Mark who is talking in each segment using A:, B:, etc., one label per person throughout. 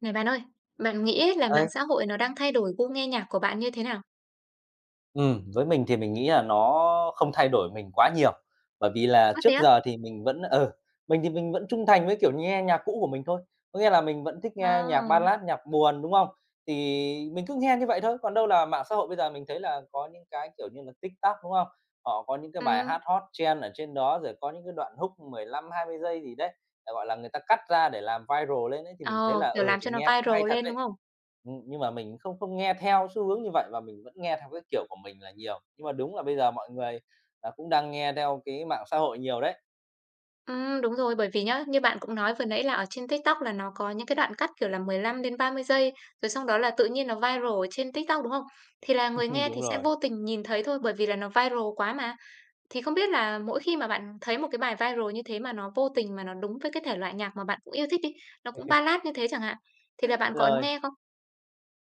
A: Này bạn ơi, bạn nghĩ là
B: Đấy,
A: mạng xã hội nó đang thay đổi gu nghe nhạc của bạn như thế nào?
B: với mình thì mình nghĩ là nó không thay đổi mình quá nhiều, bởi vì là
A: Ơ, thế
B: trước
A: á?
B: giờ thì mình vẫn mình thì mình vẫn trung thành với, kiểu, nghe nhạc cũ của mình thôi. Có nghĩa là mình vẫn thích nghe nhạc
A: Ờ,
B: Ballad, nhạc buồn, đúng không? Thì mình cứ nghe như vậy thôi, còn đâu là mạng xã hội bây giờ mình thấy là có những cái, kiểu như là, TikTok, đúng không? Họ có những cái bài
A: ừm,
B: hát hot trend ở trên đó, rồi có những cái đoạn hook 15-20 giây gì đấy, gọi là, người ta cắt ra để làm viral lên ấy, thì mình thấy
A: ờ,
B: là,
A: kiểu,
B: ừ,
A: làm
B: thì
A: cho nó
B: nghe cũng hay
A: viral
B: thật
A: lên, đúng
B: đấy.
A: không?
B: Nhưng mà mình không không nghe theo xu hướng như vậy và mình vẫn nghe theo cái kiểu của mình là nhiều. Nhưng mà đúng là bây giờ mọi người, cũng đang nghe theo cái mạng xã hội nhiều đấy.
A: Đúng rồi, bởi vì nhá, như bạn cũng nói vừa nãy là ở trên TikTok là nó có những cái đoạn cắt, kiểu là, 15-30 giây, rồi xong đó là tự nhiên nó viral ở trên TikTok, đúng không? Thì là người nghe thì
B: Đúng
A: sẽ
B: rồi.
A: vô tình nhìn thấy thôi, bởi vì là nó viral quá mà. Thì không biết là mỗi khi mà bạn thấy một cái bài viral như thế mà nó vô tình mà nó đúng với cái thể loại nhạc mà bạn cũng yêu thích đi, nó cũng Ballad như thế chẳng hạn, thì là bạn có ấn
B: Rồi.
A: nghe không?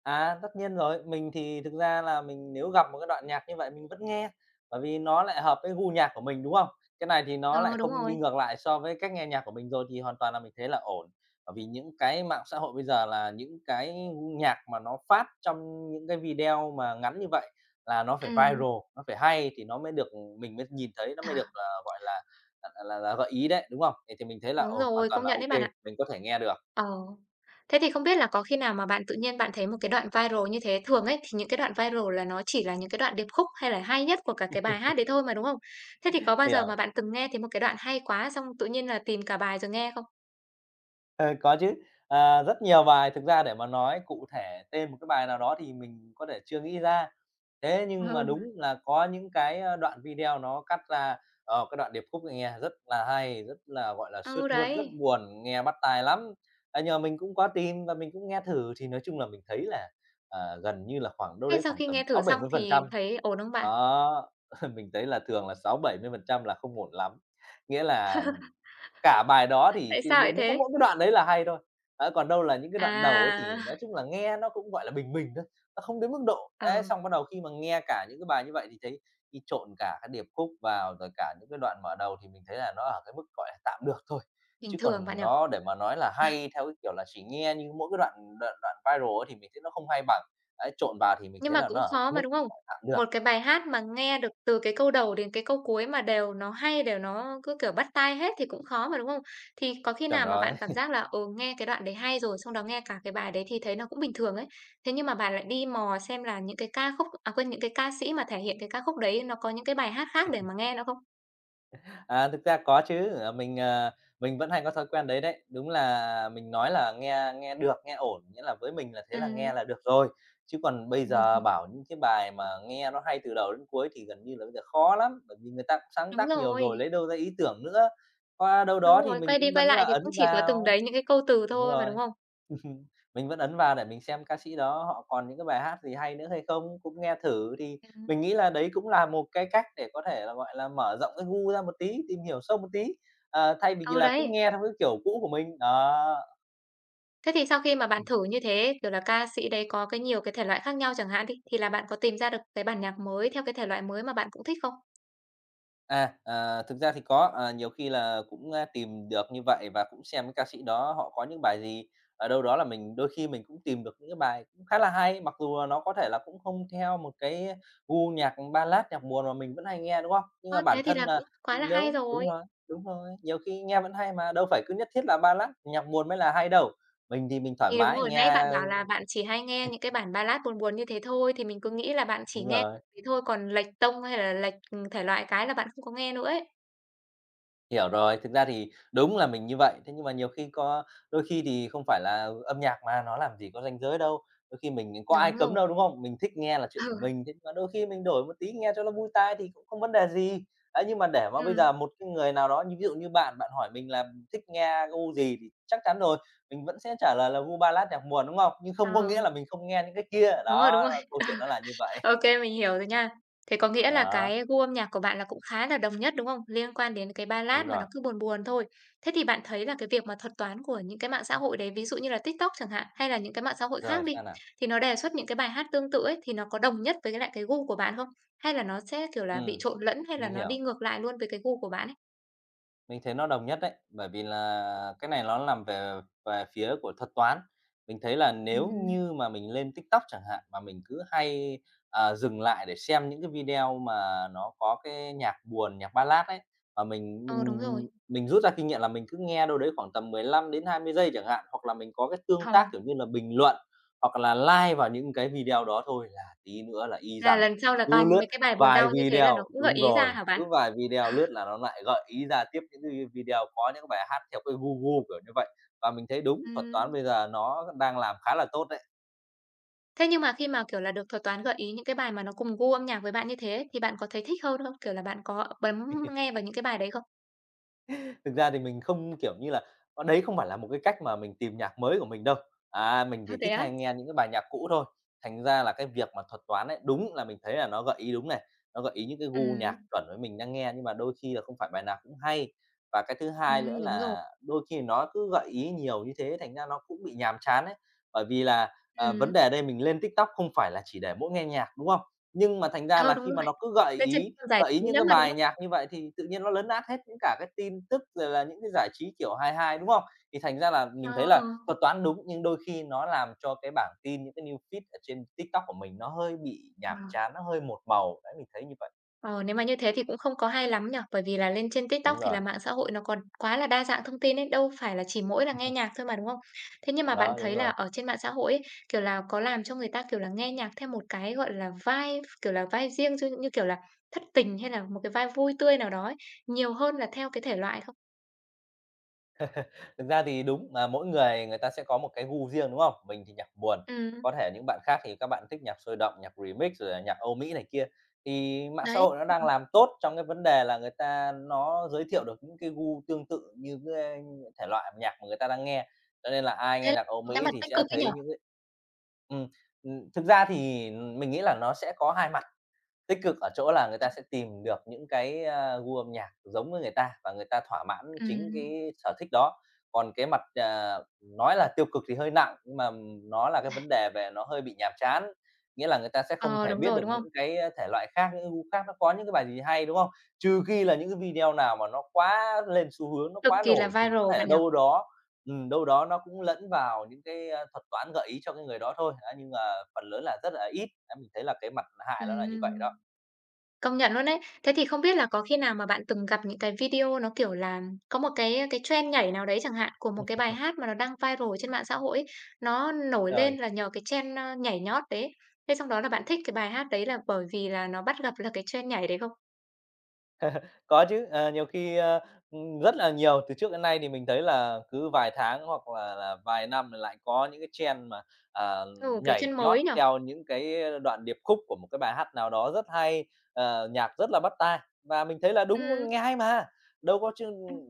B: À, tất nhiên rồi. Mình thì thực ra là mình nếu gặp một cái đoạn nhạc như vậy mình vẫn nghe, bởi vì nó lại hợp với gu nhạc của mình, đúng không? Cái này thì nó lại
A: Ờ, đúng
B: không đi
A: rồi.
B: ngược lại so với cách nghe nhạc của mình rồi thì hoàn toàn là mình thấy là ổn. Bởi vì những cái mạng xã hội bây giờ là những cái nhạc mà nó phát trong những cái video mà ngắn như vậy là nó phải viral,
A: Ừm,
B: nó phải hay thì nó mới được mình mới nhìn thấy, nó
A: ờ,
B: mới được, gọi là, là gợi ý đấy, đúng không? Thì mình thấy là,
A: đúng
B: ồ, hoàn
A: rồi,
B: toàn
A: công
B: là
A: nhận đấy bạn
B: ok
A: ạ.
B: mình có thể nghe được.
A: Ờ. Thế thì không biết là có khi nào mà bạn tự nhiên bạn thấy một cái đoạn viral như thế thường ấy, thì những cái đoạn viral là nó chỉ là những cái đoạn điệp khúc hay là hay nhất của cả cái bài hát đấy thôi mà, đúng không? Thế thì có bao
B: Thì
A: giờ mà
B: ờ,
A: bạn từng nghe thấy một cái đoạn hay quá xong tự nhiên là tìm cả bài rồi nghe không?
B: Ờ, có chứ. À, rất nhiều bài thực ra để mà nói cụ thể tên một cái bài nào đó thì mình có thể chưa nghĩ ra. Thế nhưng mà
A: Ừ.
B: đúng là có những cái, đoạn video nó cắt ra, cái đoạn điệp khúc này nghe rất là hay, rất là, gọi là, sướt
A: Ừ,
B: mướt, rất
A: đấy.
B: buồn, nghe bắt tai lắm. À, nhưng mình cũng có tìm và mình cũng nghe thử thì nói chung là mình thấy là, gần như là khoảng đâu
A: Thế
B: đấy
A: sau
B: khoảng
A: khi nghe
B: tầm
A: thử
B: sáu bảy
A: xong
B: mươi phần
A: thì
B: trăm
A: thấy ổn không bạn?
B: Đó, mình thấy là thường là 60-70% là không ổn lắm. Nghĩa là cả bài đó thì
A: Tại
B: cái
A: sao lại
B: đúng có
A: thế?
B: mỗi cái đoạn đấy là hay thôi. Đấy, còn đâu là những cái đoạn đầu ấy
A: À,
B: thì nói chung là nghe nó cũng, gọi là, bình bình thôi, nó không đến mức độ.
A: ờ,
B: Đấy, xong bắt đầu khi mà nghe cả những cái bài như vậy thì thấy khi trộn cả cái điệp khúc vào, rồi cả những cái đoạn mở đầu thì mình thấy là nó ở cái mức, gọi là, tạm được thôi.
A: bình
B: Chứ
A: thường bạn
B: còn
A: nhỉ?
B: nó để mà nói là hay theo cái kiểu là chỉ nghe như mỗi cái đoạn đoạn đoạn viral ấy thì mình thấy nó không hay bằng. Đấy, trộn vào thì mình
A: Nhưng
B: thấy
A: mà
B: là
A: cũng
B: nó ở
A: khó mà,
B: mức,
A: đúng không?
B: gọi là, tạm được.
A: Một cái bài hát mà nghe được từ cái câu đầu đến cái câu cuối mà đều nó hay, đều nó cứ, kiểu, bắt tai hết thì cũng khó mà, đúng không? Thì có khi
B: Chuẩn
A: nào mà
B: rồi.
A: bạn cảm giác là, ừ, nghe cái đoạn đấy hay rồi, xong đó nghe cả cái bài đấy thì thấy nó cũng bình thường ấy. Thế nhưng mà bạn lại đi mò xem là những cái ca khúc à, quên, những cái ca sĩ mà thể hiện cái ca khúc đấy nó có những cái bài hát khác để mà nghe nó không?
B: Thực ra có chứ, mình, mình vẫn hay có thói quen đấy đấy. Đúng là mình nói là nghe nghe được, nghe ổn, nghĩa là với mình là thế là
A: Ừm.
B: nghe là được rồi. Chứ còn bây giờ bảo những cái bài mà nghe nó hay từ đầu đến cuối thì gần như là bây giờ khó lắm, bởi vì người ta cũng sáng
A: Đúng
B: tác nhiều rồi,
A: rồi,
B: lấy đâu ra ý tưởng nữa. Qua đâu
A: đúng
B: đó thì
A: rồi,
B: mình
A: quay đi
B: cũng
A: quay
B: vẫn
A: lại
B: là
A: thì cũng
B: ấn
A: chỉ có từng
B: vào.
A: đấy những cái câu từ
B: Đúng
A: thôi mà,
B: rồi.
A: đúng không?
B: Mình vẫn ấn vào để mình xem ca sĩ đó họ còn những cái bài hát gì hay nữa hay không, cũng nghe thử. Thì
A: Ừm.
B: mình nghĩ là đấy cũng là một cái cách để có thể là, gọi là, mở rộng cái gu ra một tí, tìm hiểu sâu một tí, thay vì
A: Ừ,
B: là cứ
A: đấy.
B: nghe theo cái kiểu cũ của mình, đó.
A: Thế thì sau khi mà bạn thử như thế, kiểu là, ca sĩ đấy có cái nhiều cái thể loại khác nhau chẳng hạn đi, thì là bạn có tìm ra được cái bản nhạc mới theo cái thể loại mới mà bạn cũng thích không?
B: À, thực ra thì có, nhiều khi là cũng, tìm được như vậy và cũng xem cái ca sĩ đó họ có những bài gì, ở đâu đó là mình đôi khi mình cũng tìm được những cái bài cũng khá là hay, mặc dù là nó có thể là cũng không theo một cái gu nhạc Ballad, nhạc buồn mà mình vẫn hay nghe, đúng không? Nhưng
A: Ơ,
B: mà
A: thế
B: bản
A: thì
B: thân
A: là
B: là
A: cũng quá là hay
B: nếu
A: rồi.
B: đúng rồi, nhiều khi nghe vẫn hay mà, đâu phải cứ nhất thiết là Ballad, nhạc buồn mới là hay đâu. Mình thì mình thoải
A: Thì đúng
B: mái
A: rồi, nãy bạn
B: nghe.
A: bảo là bạn chỉ hay nghe những cái bản Ballad buồn buồn như thế thôi, thì mình cứ nghĩ là bạn chỉ
B: Đúng
A: nghe
B: rồi.
A: thế thôi, còn lệch tông hay là lệch, thể loại cái là bạn không có nghe nữa ấy.
B: Hiểu rồi, thực ra thì đúng là mình như vậy. Thế nhưng mà nhiều khi có đôi khi thì không phải là âm nhạc mà, nó làm gì có ranh giới đâu. Đôi khi mình có ai
A: Đúng
B: cấm
A: rồi.
B: đâu, đúng không? Mình thích nghe là chuyện
A: Ừ,
B: của mình, thế nhưng mà đôi khi mình đổi một tí nghe cho nó vui tai thì cũng không vấn đề gì. Đấy, nhưng mà để mà bây
A: ừm,
B: giờ một cái người nào đó như ví dụ như bạn, bạn hỏi mình là thích nghe gu gì thì chắc chắn rồi, mình vẫn sẽ trả lời là gu Ballad, nhạc buồn, đúng không? Nhưng không có
A: ờ,
B: nghĩa là mình không nghe những cái kia,
A: đúng rồi, đúng
B: đó,
A: rồi.
B: câu chuyện nó là như vậy.
A: OK mình hiểu rồi nha. Thế có nghĩa là
B: Đó,
A: cái gu âm nhạc của bạn là cũng khá là đồng nhất, đúng không? Liên quan đến cái Ballad
B: đúng
A: mà nó
B: rồi.
A: cứ buồn buồn thôi. Thế thì bạn thấy là cái việc mà thuật toán của những cái mạng xã hội đấy, ví dụ như là TikTok chẳng hạn, hay là những cái mạng xã hội khác
B: Rồi,
A: đi,
B: sao nào?
A: thì nó đề xuất những cái bài hát tương tự ấy, thì nó có đồng nhất với cái gu của bạn không? Hay là nó sẽ, kiểu là, bị
B: Ừm,
A: trộn lẫn, hay là
B: mình
A: nó đi
B: hiểu.
A: ngược lại luôn với cái gu của bạn ấy?
B: Mình thấy nó đồng nhất đấy, bởi vì là cái này nó làm về về phía của thuật toán. Mình thấy là nếu
A: Ừm.
B: như mà mình lên TikTok chẳng hạn, mà mình cứ hay, dừng lại để xem những cái video mà nó có cái nhạc buồn, nhạc Ballad ấy, và mình
A: Ờ,
B: mình
A: đúng rồi.
B: mình rút ra kinh nghiệm là mình cứ nghe đâu đấy khoảng tầm 15-20 giây chẳng hạn, hoặc là mình có cái tương
A: Ờ,
B: tác, kiểu như là, bình luận, hoặc là like vào những cái video đó thôi là tí nữa là y
A: là
B: rằng
A: lần sau là
B: cứ
A: toàn
B: lướt
A: mấy cái bài buồn
B: vài
A: đau như thế là nó
B: video,
A: cũng gợi
B: đúng
A: ý ra
B: rồi,
A: hả bạn?
B: cứ vài video lướt là nó lại gợi ý ra tiếp những cái video có những cái bài hát theo cái gu gu, kiểu như vậy. Và mình thấy đúng, thuật
A: Ừm.
B: toán bây giờ nó đang làm khá là tốt đấy.
A: Thế nhưng mà khi mà, kiểu là, được thuật toán gợi ý những cái bài mà nó cùng gu âm nhạc với bạn như thế ấy, thì bạn có thấy thích hơn không? Kiểu là, bạn có bấm nghe vào những cái bài đấy không?
B: Thực ra thì mình không, kiểu như là, đấy không phải là một cái cách mà mình tìm nhạc mới của mình đâu. À, mình
A: À,
B: thì
A: thế
B: thích
A: á?
B: hay nghe những cái bài nhạc cũ thôi, thành ra là cái việc mà thuật toán ấy, đúng là mình thấy là nó gợi ý đúng này, nó gợi ý những cái gu nhạc
A: Ừm,
B: chuẩn với mình đang nghe, nhưng mà đôi khi là không phải bài nào cũng hay. Và cái thứ hai nữa
A: đúng rồi.
B: là đôi khi nó cứ gợi ý nhiều như thế, thành ra nó cũng bị nhàm chán ấy. Bởi vì là, vấn
A: Ừm,
B: đề ở đây mình lên TikTok không phải là chỉ để mỗi nghe nhạc, đúng không? Nhưng mà thành ra
A: ờ,
B: là
A: đúng
B: khi mà
A: rồi.
B: nó cứ gợi
A: Lên trên
B: ý
A: còn giải
B: gợi ý
A: trí
B: những
A: lắm
B: cái
A: mà, đúng
B: bài
A: không?
B: nhạc như vậy thì tự nhiên nó lấn át hết những cả cái tin tức, rồi là những cái giải trí kiểu hài hài, đúng không? Thì thành ra là
A: Ờ,
B: mình thấy là thuật toán đúng, nhưng đôi khi nó làm cho cái bảng tin, những cái news feed ở trên TikTok của mình nó hơi bị
A: ờ.
B: nhàm chán, nó hơi một màu, đấy, mình thấy như vậy.
A: Ờ, nếu mà như thế thì cũng không có hay lắm nhở bởi vì là lên trên TikTok
B: Đúng
A: thì
B: rồi,
A: là mạng xã hội nó còn quá là đa dạng thông tin ấy, đâu phải là chỉ mỗi là nghe nhạc thôi mà, đúng không? Thế nhưng mà bạn
B: đó, đúng
A: thấy là
B: rồi.
A: ở trên mạng xã hội ấy, kiểu là, có làm cho người ta, kiểu là, nghe nhạc theo một cái, gọi là, vibe, kiểu là, vibe riêng cho như kiểu là thất tình hay là một cái vibe vui tươi nào đó ấy, nhiều hơn là theo cái thể loại không?
B: Thực ra thì đúng mà mỗi người người ta sẽ có một cái gu riêng, đúng không? Mình thì nhạc buồn,
A: Ừm,
B: có thể những bạn khác thì các bạn thích nhạc sôi động, nhạc remix rồi là nhạc Âu Mỹ này kia. Thì mạng xã
A: đấy,
B: hội nó đang
A: Ừm.
B: làm tốt trong cái vấn đề là người ta nó giới thiệu được những cái gu tương tự như cái, thể loại nhạc mà người ta đang nghe, cho nên là ai
A: thế
B: nghe
A: là
B: nhạc Âu
A: có cái
B: Mỹ
A: mặt
B: thì
A: tích
B: sẽ
A: cực ấy nhỉ?
B: thấy những cái Ừm, ừm, thực ra thì mình nghĩ là nó sẽ có hai mặt, tích cực ở chỗ là người ta sẽ tìm được những cái, gu âm nhạc giống với người ta và người ta thỏa mãn chính
A: Ừm,
B: cái sở thích đó. Còn cái mặt, nói là tiêu cực thì hơi nặng, nhưng mà nó là cái vấn đề về nó hơi bị nhàm chán. Nghĩa là người ta sẽ không
A: ờ,
B: thể
A: đúng
B: biết
A: rồi,
B: được
A: đúng không?
B: những cái, thể loại khác, những cái gu khác nó có những cái bài gì hay, đúng không? Trừ khi là những cái video nào mà nó quá lên xu hướng, nó
A: Cực
B: quá
A: kỳ là
B: nổi thì
A: viral
B: có thể
A: bạn nhở
B: đâu đó nó cũng lẫn vào những cái, thuật toán gợi ý cho cái người đó thôi. Á, nhưng mà phần lớn là rất là ít. Á, mình thấy là cái mặt hại nó là như vậy
A: Ừm.
B: đó.
A: Công nhận luôn đấy Thế thì không biết là có khi nào mà bạn từng gặp những cái video nó, kiểu là, có một cái trend nhảy nào đấy chẳng hạn, của một cái bài hát mà nó đang viral trên mạng xã hội ấy, nó nổi
B: Ờ.
A: lên là nhờ cái trend, ơ, nhảy nhót đấy Thế xong đó là bạn thích cái bài hát đấy là bởi vì là nó bắt gặp là cái trend nhảy đấy không?
B: Có chứ, nhiều khi, rất là nhiều, từ trước đến nay thì mình thấy là cứ vài tháng hoặc là vài năm lại có những cái trend mà, ờ,
A: Ừ, kiểu,
B: nhảy
A: trend
B: nhót
A: mới nhỉ?
B: theo những cái đoạn điệp khúc của một cái bài hát nào đó rất hay, nhạc rất là bắt tai. Và mình thấy là đúng,
A: Ừm,
B: nghe hay mà, đâu có chứ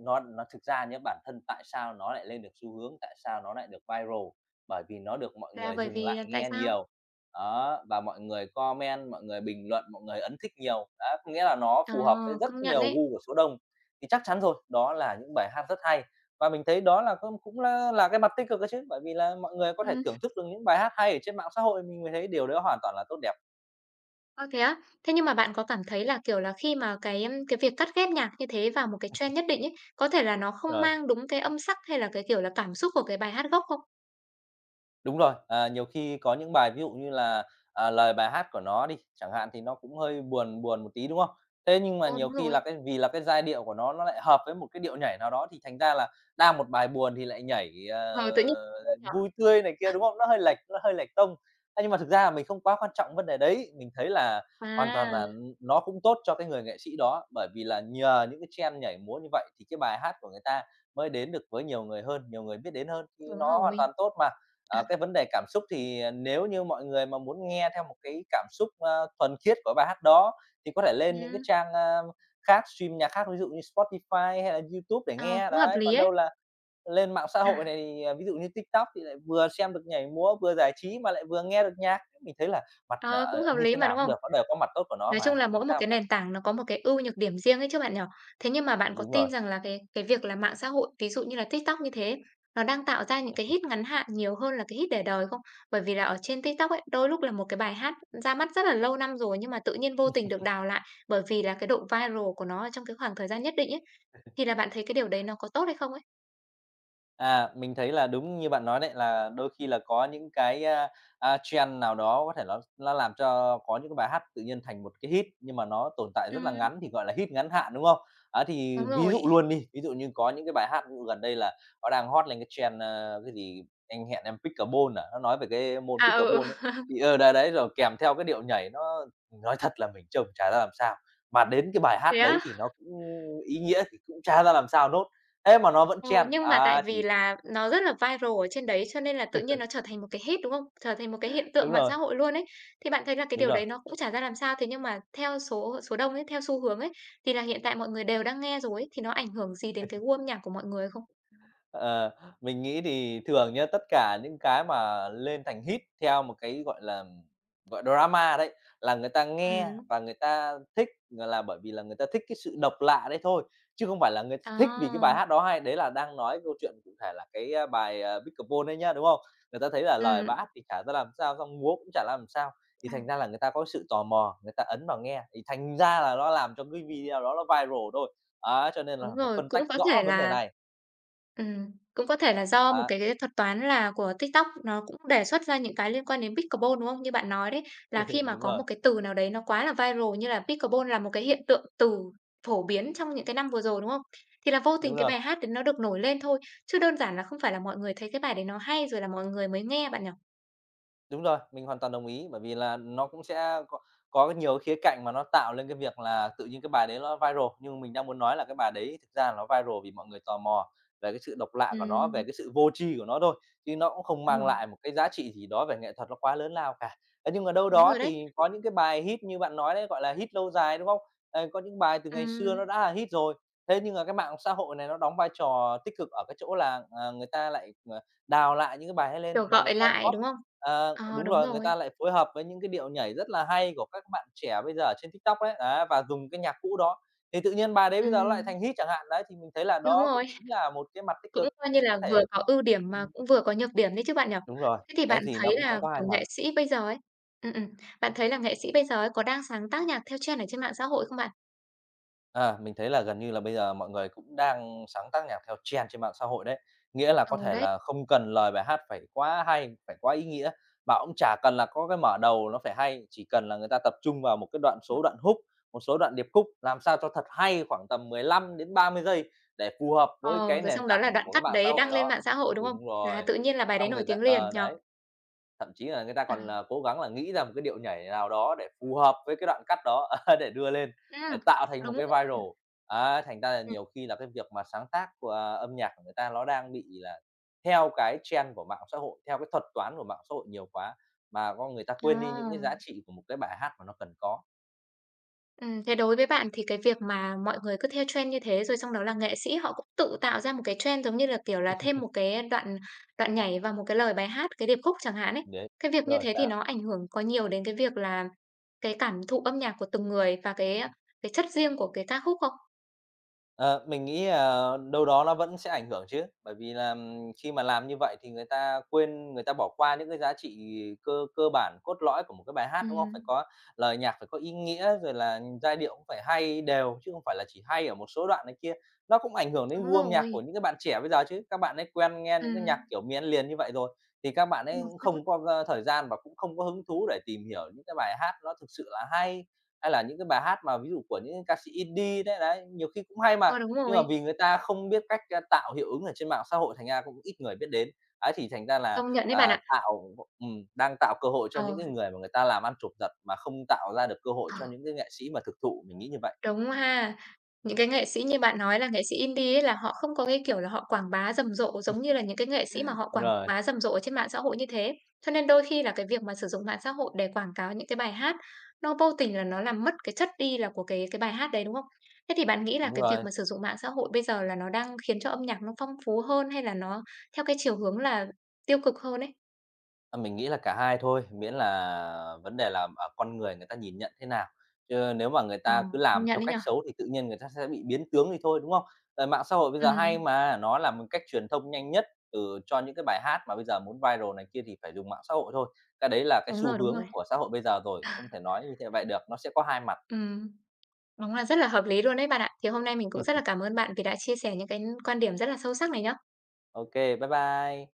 B: nó thực ra nhá, bản thân tại sao nó lại lên được xu hướng, tại sao nó lại được viral? Bởi vì nó được mọi
A: là
B: người
A: bởi
B: dừng
A: vì
B: lại
A: tại
B: nghe
A: sao?
B: nhiều. Đó, và mọi người comment, mọi người bình luận, mọi người ấn thích nhiều. Đấy, có nghĩa là nó
A: Ờ,
B: phù hợp với rất
A: công nhận
B: nhiều
A: đấy
B: gu của số đông, thì chắc chắn rồi, đó là những bài hát rất hay. Và mình thấy đó là cũng cũng là cái mặt tích cực ấy chứ, bởi vì là mọi người có thể
A: Ừm.
B: thưởng thức được những bài hát hay ở trên mạng xã hội, mình mới thấy điều đó hoàn toàn là tốt đẹp.
A: Ơ, thế á? Thế nhưng mà bạn có cảm thấy là, kiểu là, khi mà cái việc cắt ghép nhạc như thế vào một cái trend nhất định ấy, có thể là nó không mang đúng cái âm sắc hay là cái, kiểu là, cảm xúc của cái bài hát gốc không?
B: Đúng rồi, nhiều khi có những bài ví dụ như là, lời bài hát của nó đi, chẳng hạn, thì nó cũng hơi buồn buồn một tí, đúng không? Thế nhưng mà
A: Ờ,
B: nhiều
A: đúng
B: khi
A: rồi.
B: là cái vì là cái giai điệu của nó lại hợp với một cái điệu nhảy nào đó, thì thành ra là đang một bài buồn thì lại nhảy,
A: Ờ, tự nhiên nhỉ?
B: vui tươi này kia, đúng không? Nó hơi lệch tông. Thế nhưng mà thực ra là mình không quá quan trọng vấn đề đấy, mình thấy là hoàn
A: À,
B: toàn là nó cũng tốt cho cái người nghệ sĩ đó, bởi vì là nhờ những cái trend nhảy múa như vậy thì cái bài hát của người ta mới đến được với nhiều người hơn, nhiều người biết đến hơn, thì
A: đúng
B: nó hoàn
A: rồi.
B: toàn tốt mà. Ờ, cái vấn đề cảm xúc thì, nếu như mọi người mà muốn nghe theo một cái cảm xúc, thuần khiết của bài hát đó thì có thể lên những cái
A: Ừm,
B: trang, khác, stream nhạc khác, ví dụ như Spotify hay là YouTube để
A: ờ,
B: nghe,
A: cũng hợp
B: đấy.
A: lý
B: Còn
A: ấy.
B: đâu là lên mạng xã hội này thì, ví dụ như TikTok thì lại vừa xem được nhảy múa, vừa giải trí mà lại vừa nghe được nhạc. Mình thấy là mặt,
A: Ờ, cũng hợp
B: như
A: lý
B: thế
A: mà,
B: nào
A: đúng
B: cũng
A: không?
B: được, nó đều có mặt tốt của nó
A: Nói
B: mà,
A: chung là
B: không
A: mỗi một
B: sao
A: cái
B: cả.
A: nền tảng nó có một cái ưu nhược điểm riêng ấy chứ bạn nhỉ? Thế nhưng mà bạn có
B: Đúng rồi.
A: tin rằng là cái việc là mạng xã hội, ví dụ như là TikTok như thế, nó đang tạo ra những cái hit ngắn hạn nhiều hơn là cái hit để đời không? Bởi vì là ở trên TikTok ấy, đôi lúc là một cái bài hát ra mắt rất là lâu năm rồi nhưng mà tự nhiên vô tình được đào lại bởi vì là cái độ viral của nó ở trong cái khoảng thời gian nhất định ấy. Thì là bạn thấy cái điều đấy nó có tốt hay không ấy?
B: À, mình thấy là đúng như bạn nói đấy, là đôi khi là có những cái, trend nào đó có thể nó làm cho có những cái bài hát tự nhiên thành một cái hit, nhưng mà nó tồn tại
A: Ừ
B: rất là ngắn thì gọi là hit ngắn hạn, đúng không? À
A: đúng
B: thì ví dụ
A: rồi.
B: luôn đi, ví dụ như có những cái bài hát gần đây là nó đang hot lên cái trend, cái gì "Anh hẹn em pickleball" à, nó nói về cái môn
A: À, ừ,
B: pickleball ấy.
A: ừ,
B: Thì ờ, đấy, đấy, rồi kèm theo cái điệu nhảy nó nói thật là mình trông chả ra làm sao, mà đến cái bài hát
A: thế á?
B: đấy thì nó cũng ý nghĩa thì cũng chả ra làm sao nốt, thế mà nó vẫn
A: Ờ,
B: trend.
A: nhưng mà tại
B: À,
A: vì
B: thì
A: là nó rất là viral ở trên đấy, cho nên là tự nhiên nó trở thành một cái hit, đúng không? Trở thành một cái hiện tượng
B: đúng
A: mạng
B: rồi,
A: xã hội luôn ấy. Thì bạn thấy là cái
B: đúng
A: điều
B: rồi.
A: đấy nó cũng chả ra làm sao, thế nhưng mà theo số số đông ấy, theo xu hướng ấy, thì là hiện tại mọi người đều đang nghe rồi ấy, thì nó ảnh hưởng gì đến cái gu âm nhạc của mọi người không?
B: Ờ, mình nghĩ thì thường nhá, tất cả những cái mà lên thành hit theo một cái, gọi là, gọi drama đấy, là người ta nghe
A: Ừ,
B: và người ta thích là bởi vì là người ta thích cái sự độc lạ đấy thôi, chứ không phải là người thích vì cái
A: à,
B: bài hát đó hay. Đấy là đang nói câu chuyện cụ thể là cái, bài, Pickleball đấy nhá, đúng không? Người ta thấy là lời
A: ừ.
B: bát thì chả ra làm sao, xong múa cũng chả ra làm sao, thì thành ra là người ta có sự tò mò, người ta ấn vào nghe, thì thành ra là nó làm cho cái video đó nó viral thôi. Á, cho nên là
A: Đúng
B: phải
A: rồi,
B: phân
A: cũng
B: tách
A: có
B: rõ
A: thể
B: vấn đề
A: là
B: này.
A: cũng có thể là do
B: Á,
A: một cái thuật toán là của TikTok nó cũng đề xuất ra những cái liên quan đến pickleball, đúng không? Như bạn nói đấy, là khi mà
B: đúng
A: có
B: rồi,
A: một cái từ nào đấy nó quá là viral như là pickleball là một cái hiện tượng từ phổ biến trong những cái năm vừa rồi, đúng không? Thì là vô tình
B: đúng
A: cái
B: rồi,
A: bài hát đấy nó được nổi lên thôi, chứ đơn giản là không phải là mọi người thấy cái bài đấy nó hay rồi là mọi người mới nghe bạn nhỉ?
B: đúng rồi, mình hoàn toàn đồng ý, bởi vì là nó cũng sẽ có nhiều khía cạnh mà nó tạo lên cái việc là tự nhiên cái bài đấy nó viral. Nhưng mình đang muốn nói là cái bài đấy thực ra là nó viral vì mọi người tò mò về cái sự độc lạ của nó, về
A: Ừm,
B: cái sự vô tri của nó thôi, chứ nó cũng không
A: ờ,
B: mang lại một cái giá trị gì đó về nghệ thuật nó quá lớn lao cả. Thế nhưng mà đâu
A: đúng
B: đó
A: rồi đấy.
B: thì có những cái bài hit như bạn nói đấy, gọi là, hit lâu dài, đúng không? Ờ, có những bài từ ngày xưa nó
A: Ừm,
B: đã là hit rồi, thế nhưng mà cái mạng xã hội này nó đóng vai trò tích cực ở cái chỗ là, người ta lại, ờ đào lại những cái bài hay lên
A: kiểu,
B: và người
A: gọi
B: ta
A: lại,
B: góp
A: đúng không? Ờ,
B: đúng
A: đúng
B: rồi, người
A: rồi.
B: ta lại phối hợp với những cái điệu nhảy rất là hay của các bạn trẻ bây giờ ở trên TikTok đấy, á, và dùng cái nhạc cũ đó, thì tự nhiên bài đấy bây giờ nó lại
A: Ừm,
B: thành hit chẳng hạn. Đấy, thì mình thấy là
A: đúng
B: đó cũng
A: rồi.
B: chính là một cái mặt tích
A: Cũng
B: cực,
A: coi như
B: có
A: là vừa
B: thể
A: có ưu điểm mà
B: ừm,
A: cũng vừa có nhược điểm đấy chứ bạn nhỉ?
B: đúng rồi,
A: Thế thì
B: cái
A: bạn
B: gì nó
A: thấy
B: cũng sẽ
A: là,
B: có
A: kiểu,
B: hai mặt.
A: nghệ sĩ bây giờ ấy ừm, ừm, bạn thấy là nghệ sĩ bây giờ ấy có đang sáng tác nhạc theo trend ở trên mạng xã hội không bạn?
B: À, mình thấy là gần như là bây giờ mọi người cũng đang sáng tác nhạc theo trend trên mạng xã hội đấy. Nghĩa là có
A: Ừ,
B: thể
A: đấy.
B: là không cần lời bài hát phải quá hay, phải quá ý nghĩa, mà cũng chả cần là có cái mở đầu nó phải hay, chỉ cần là người ta tập trung vào một cái đoạn số đoạn hook, một số đoạn điệp khúc làm sao cho thật hay khoảng tầm 15 đến 30 giây để phù hợp với
A: Ờ,
B: cái
A: rồi
B: nền
A: xong đó là
B: tảng
A: đoạn
B: của các
A: cắt
B: mạng xã
A: đấy
B: hội
A: đăng lên
B: đó.
A: mạng xã hội, đúng không?
B: Đúng
A: Là
B: rồi,
A: tự nhiên là bài đấy
B: xong
A: nổi
B: người ta
A: tiếng liền nhỉ?
B: đấy. Thậm chí là người ta
A: À,
B: còn là cố gắng là nghĩ ra một cái điệu nhảy nào đó để phù hợp với cái đoạn cắt đó, để đưa lên, để
A: ừm,
B: tạo thành
A: đúng
B: một
A: rồi,
B: cái viral. Á, thành ra là
A: ừm,
B: nhiều khi là cái việc mà sáng tác của, âm nhạc của người ta nó đang bị là theo cái trend của mạng xã hội, theo cái thuật toán của mạng xã hội nhiều quá, mà con người ta quên đi những cái giá
A: à.
B: trị của một cái bài hát mà nó cần có.
A: Thế đối với bạn thì cái việc mà mọi người cứ theo trend như thế, rồi xong đó là nghệ sĩ họ cũng tự tạo ra một cái trend, giống như là, kiểu là, thêm một cái đoạn đoạn nhảy vào một cái lời bài hát, cái điệp khúc chẳng hạn ấy.
B: Đấy,
A: Cái việc như
B: rồi
A: thế thì
B: sao?
A: nó ảnh hưởng có nhiều đến cái việc là cái cảm thụ âm nhạc của từng người và cái chất riêng của cái ca khúc không?
B: Ờ, mình nghĩ, đâu đó nó vẫn sẽ ảnh hưởng chứ, bởi vì là, khi mà làm như vậy thì người ta quên, người ta bỏ qua những cái giá trị cơ cơ bản, cốt lõi của một cái bài hát, đúng không? Phải
A: Ừm,
B: có lời nhạc, phải có ý nghĩa, rồi là giai điệu cũng phải hay đều, chứ không phải là chỉ hay ở một số đoạn này kia. Nó cũng ảnh hưởng đến
A: đúng
B: gu âm nhạc của
A: rồi,
B: những cái bạn trẻ bây giờ chứ, các bạn ấy quen nghe những cái
A: ừm.
B: nhạc kiểu miến liền như vậy rồi, thì các bạn ấy không có, thời gian và cũng không có hứng thú để tìm hiểu những cái bài hát nó thực sự là hay, hay là những cái bài hát mà ví dụ của những ca sĩ indie đấy, đấy, nhiều khi cũng hay mà,
A: Ờ, đúng
B: nhưng mà
A: rồi,
B: vì người ta không biết cách, tạo hiệu ứng ở trên mạng xã hội thành ra cũng ít người biết đến. Ấy, thì thành ra là,
A: công nhận đấy bạn
B: à,
A: ạ.
B: tạo đang tạo cơ hội cho
A: Ờ.
B: những cái người mà người ta làm ăn chụp giật mà không tạo ra được cơ hội cho
A: Ờ.
B: những cái nghệ sĩ mà thực thụ, mình nghĩ như vậy.
A: Đúng ha. Những cái nghệ sĩ như bạn nói là nghệ sĩ indie ấy là họ không có cái kiểu là họ quảng bá rầm rộ giống như là những cái nghệ sĩ mà họ
B: Đúng
A: quảng
B: rồi,
A: bá rầm rộ ở trên mạng xã hội như thế. Cho nên đôi khi là cái việc mà sử dụng mạng xã hội để quảng cáo những cái bài hát, nó vô tình là nó làm mất cái chất đi là của cái bài hát đấy, đúng không? Thế thì bạn nghĩ là
B: đúng
A: cái việc
B: rồi.
A: mà sử dụng mạng xã hội bây giờ là nó đang khiến cho âm nhạc nó phong phú hơn hay là nó theo cái chiều hướng là tiêu cực hơn ấy?
B: À, mình nghĩ là cả hai thôi, miễn là vấn đề là, ở con người người ta nhìn nhận thế nào. Chứ nếu mà người
A: Ờ,
B: ta cứ
A: công
B: làm
A: nhận
B: theo
A: đấy
B: cách
A: nhở?
B: xấu thì tự nhiên người ta sẽ bị biến tướng đi thôi, đúng không? Ờ, mạng xã hội bây
A: Ừ
B: giờ hay mà, nó là một cách truyền thông nhanh nhất, từ cho những cái bài hát mà bây giờ muốn viral này kia thì phải dùng mạng xã hội thôi. Cái đấy là cái
A: đúng
B: xu
A: rồi, đúng
B: hướng
A: rồi.
B: của xã hội bây giờ rồi, không thể nói như thế vậy được, nó sẽ có hai mặt.
A: Ừ. Đúng là rất là hợp lý luôn đấy bạn ạ. Thì hôm nay mình cũng rất là cảm ơn bạn vì đã chia sẻ những cái quan điểm rất là sâu sắc này nhá.
B: ok bye bye.